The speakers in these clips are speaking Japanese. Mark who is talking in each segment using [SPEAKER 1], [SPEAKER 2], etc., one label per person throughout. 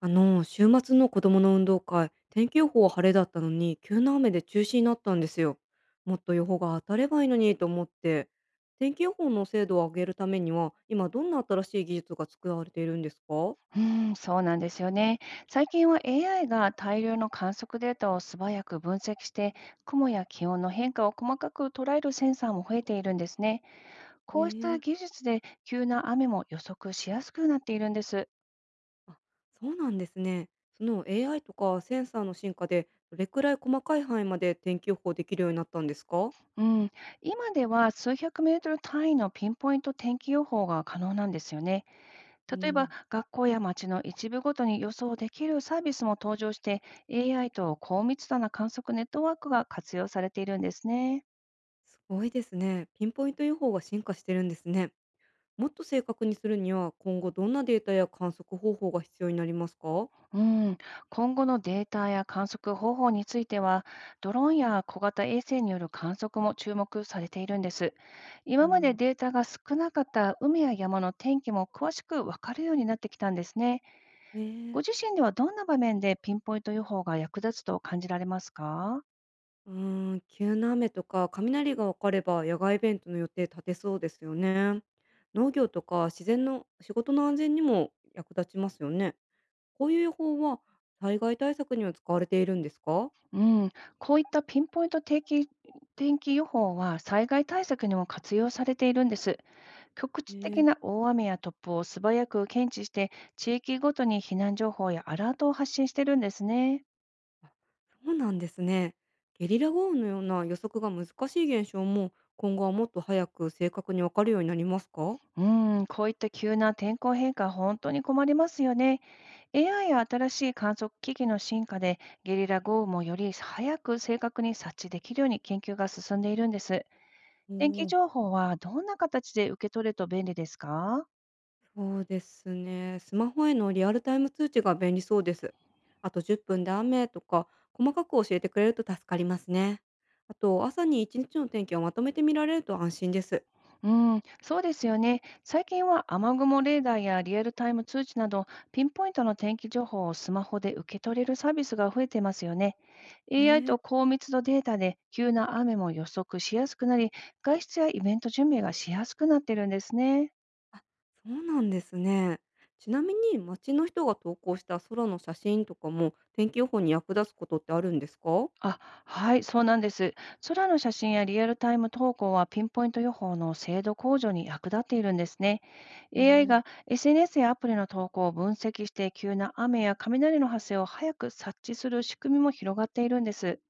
[SPEAKER 1] 週末の子供の運動会、天気予報は晴れだったのに、急な雨で中止になったんですよ。もっと予報が当たればいいのにと思って、天気予報の精度を上げるためには、今どんな新しい技術が作られているんですか。
[SPEAKER 2] うん、そうなんですよね。最近は AI が大量の観測データを素早く分析して、雲や気温の変化を細かく捉えるセンサーも増えているんですね。こうした
[SPEAKER 1] ええ。
[SPEAKER 2] 技術で急な雨も予測しやすくなっているんです。
[SPEAKER 1] あ、そうなんですね。その AI とかセンサーの進化で、どれくらい細かい範囲まで天気予報できるようになったんですか。
[SPEAKER 2] うん、今では数百メートル単位のピンポイント天気予報が可能なんですよね。
[SPEAKER 1] う
[SPEAKER 2] 例えば
[SPEAKER 1] ん。
[SPEAKER 2] 学校や街の一部ごとに予想できるサービスも登場して、 AI と高密度な観測ネットワークが活用されているんですね。
[SPEAKER 1] すごいですね。ピンポイント予報が進化してるんですね。もっと正確にするには、今後どんなデータや観測方法が必要になりますか？
[SPEAKER 2] うん、今後のデータや観測方法については、ドローンや小型衛星による観測も注目されているんです。
[SPEAKER 1] う
[SPEAKER 2] 今まで
[SPEAKER 1] ん。
[SPEAKER 2] データが少なかった海や山の天気も詳しく分かるようになってきたんですね。
[SPEAKER 1] ね、
[SPEAKER 2] ご
[SPEAKER 1] え。
[SPEAKER 2] 自身ではどんな場面でピンポイント予報が役立つと感じられますか？
[SPEAKER 1] うーん、急な雨とか雷が分かれば野外イベントの予定立てそうですよね。農業とか自然の仕事の安全にも役立ちますよね。こういう予報は災害対策には使われているんですか？
[SPEAKER 2] うん、こういったピンポイント定期天気予報は災害対策にも活用されているんです。局地的
[SPEAKER 1] ね。
[SPEAKER 2] な大雨や突風を素早く検知して、地域ごとに避難情報やアラートを発信してるんですね。
[SPEAKER 1] あ、そうなんですね。ゲリラ豪雨のような予測が難しい現象も今後はもっと早く正確に分かるようになりますか？
[SPEAKER 2] うーん、こういった急な天候変化、本当に困りますよね。AI や新しい観測機器の進化で、ゲリラ豪雨もより早く正確に察知できるように研究が進んでいるんです。
[SPEAKER 1] お
[SPEAKER 2] 天気
[SPEAKER 1] おー。
[SPEAKER 2] 情報はどんな形で受け取ると便利ですか？
[SPEAKER 1] そうですね。スマホへのリアルタイム通知が便利そうです。あと10分で雨とか、細かく教えてくれると助かりますね。あと、朝に一日の天気をまとめて見られると安心です。
[SPEAKER 2] うん、そうですよね。最近は雨雲レーダーやリアルタイム通知など、ピンポイントの天気情報をスマホで受け取れるサービスが増えていますよね。
[SPEAKER 1] え
[SPEAKER 2] AI
[SPEAKER 1] ー。
[SPEAKER 2] と高密度データで急な雨も予測しやすくなり、外出やイベント準備がしやすくなっているんですね。
[SPEAKER 1] あ、そうなんですね。ちなみに、街の人が投稿した空の写真とかも、天気予報に役立つことってあるんですか。
[SPEAKER 2] あ、はい、そうなんです。空の写真やリアルタイム投稿はピンポイント予報の精度向上に役立っているんですね。
[SPEAKER 1] おお
[SPEAKER 2] AI
[SPEAKER 1] ー。
[SPEAKER 2] が SNS やアプリの投稿を分析して、急な雨や雷の発生を早く察知する仕組みも広がっているんです。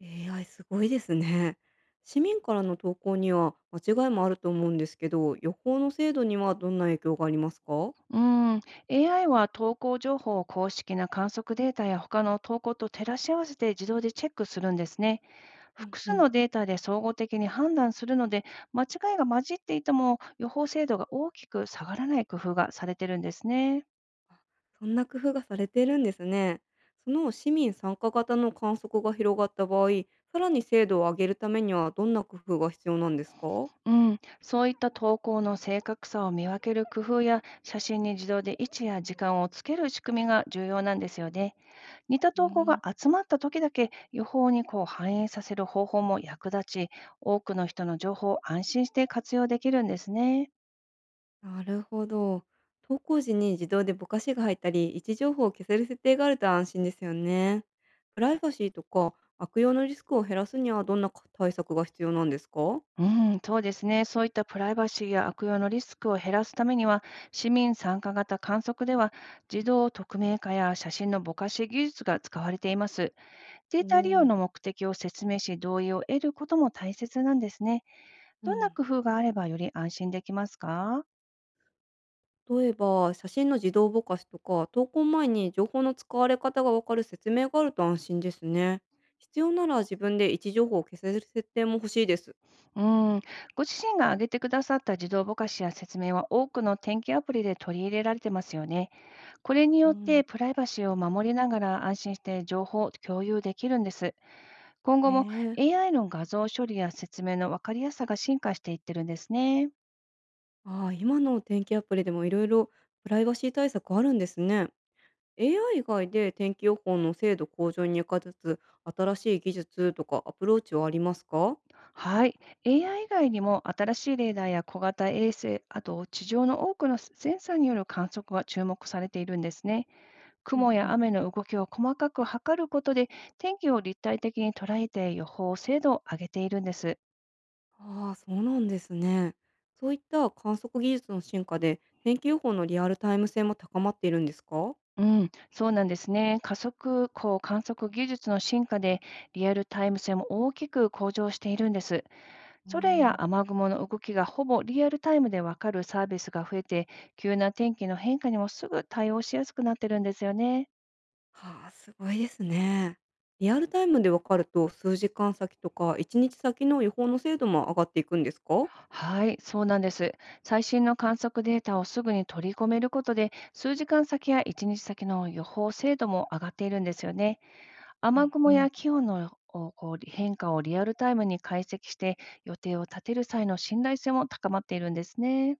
[SPEAKER 1] AI すごいですね。市民からの投稿には間違いもあると思うんですけど、予報の精度にはどんな影響がありますか。
[SPEAKER 2] うん、AI は投稿情報を公式な観測データや他の投稿と照らし合わせて、自動でチェックするんですね。
[SPEAKER 1] うん
[SPEAKER 2] 複
[SPEAKER 1] う
[SPEAKER 2] 数
[SPEAKER 1] ん。
[SPEAKER 2] のデータで総合的に判断するので、間違いが混じっていても予報精度が大きく下がらない工夫がされてるんですね。
[SPEAKER 1] あ、そんな工夫がされているんですね。その市民参加型の観測が広がった場合、さらに精度を上げるためにはどんな工夫が必要なんですか？
[SPEAKER 2] うん、そういった投稿の正確さを見分ける工夫や、写真に自動で位置や時間をつける仕組みが重要なんですよね。似た
[SPEAKER 1] うー
[SPEAKER 2] 投稿が
[SPEAKER 1] ん。
[SPEAKER 2] 集まった時だけ予報にこう反映させる方法も役立ち、多くの人の情報を安心して活用できるんですね。
[SPEAKER 1] なるほど。投稿時に自動でぼかしが入ったり、位置情報を消せる設定があると安心ですよね。プライバシーとか悪用のリスクを減らすにはどんな対策が必要なんですか？
[SPEAKER 2] うん、そうですね。そういったプライバシーや悪用のリスクを減らすためには、市民参加型観測では、自動匿名化や写真のぼかし技術が使われています。
[SPEAKER 1] お
[SPEAKER 2] データ利用
[SPEAKER 1] ー。
[SPEAKER 2] の目的を説明し、同意を得ることも大切なんですね。
[SPEAKER 1] う
[SPEAKER 2] どんな
[SPEAKER 1] ん。
[SPEAKER 2] 工夫があればより安心できますか？
[SPEAKER 1] 例えば、写真の自動ぼかしとか、投稿前に情報の使われ方がわかる説明があると安心ですね。必要なら自分で位置情報を消せる設定も欲しいです。
[SPEAKER 2] うん、ご自身が挙げてくださった自動ぼかしや説明は、多くの天気アプリで取り入れられてますよね。これに
[SPEAKER 1] う
[SPEAKER 2] よっ
[SPEAKER 1] ん。
[SPEAKER 2] てプライバシーを守りながら安心して情報を共有できるんです。今後も
[SPEAKER 1] ええ。
[SPEAKER 2] AI の画像処理や説明の分かりやすさが進化していってるんですね。
[SPEAKER 1] ああ、今の天気アプリでもいろいろプライバシー対策あるんですね。AI 以外で天気予報の精度向上に役立つ新しい技術とかアプローチはありますか。
[SPEAKER 2] はい。AI 以外にも新しいレーダーや小型衛星、あと地上の多くのセンサーによる観測が注目されているんですね。
[SPEAKER 1] うん
[SPEAKER 2] 雲
[SPEAKER 1] う
[SPEAKER 2] や
[SPEAKER 1] ん。
[SPEAKER 2] 雨の動きを細かく測ることで、天気を立体的に捉えて予報精度を上げているんです。
[SPEAKER 1] ああ、そうなんですね。そういった観測技術の進化で、天気予報のリアルタイム性も高まっているんですか。
[SPEAKER 2] うん、そうなんですね。加速光観測技術の進化で、リアルタイム性も大きく向上しているんです。
[SPEAKER 1] お
[SPEAKER 2] 空
[SPEAKER 1] お。
[SPEAKER 2] や雨雲の動きがほぼリアルタイムでわかるサービスが増えて、急な天気の変化にもすぐ対応しやすくなってるんですよね。
[SPEAKER 1] はあ、すごいですね。リアルタイムでわかると、数時間先とか1日先の予報の精度も上がっていくんですか。
[SPEAKER 2] はい、そうなんです。最新の観測データをすぐに取り込めることで、数時間先や1日先の予報精度も上がっているんですよね。
[SPEAKER 1] う
[SPEAKER 2] 雨
[SPEAKER 1] んう
[SPEAKER 2] 雲
[SPEAKER 1] ん。
[SPEAKER 2] や気温のおこう変化をリアルタイムに解析して、予定を立てる際の信頼性も高まっているんですね。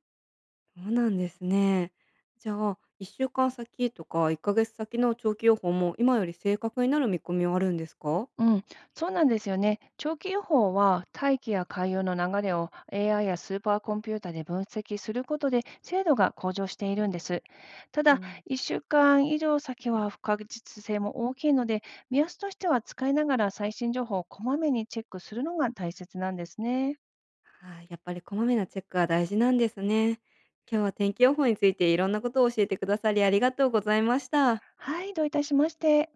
[SPEAKER 1] そうなんですね。じゃあ、1週間先とか1ヶ月先の長期予報も今より正確になる見込みはあるんですか。
[SPEAKER 2] うん、そうなんですよね。長期予報は大気や海洋の流れを AI やスーパーコンピュータで分析することで、精度が向上しているんです。た
[SPEAKER 1] お
[SPEAKER 2] だ、
[SPEAKER 1] ー。
[SPEAKER 2] 1週間以上先は不確実性も大きいので、目安としては使いながら最新情報をこまめにチェックするのが大切なんですね。
[SPEAKER 1] はい、やっぱりこまめなチェックは大事なんですね。今日は天気予報についていろんなことを教えてくださりありがとうございました。
[SPEAKER 2] はい、どういたしまして。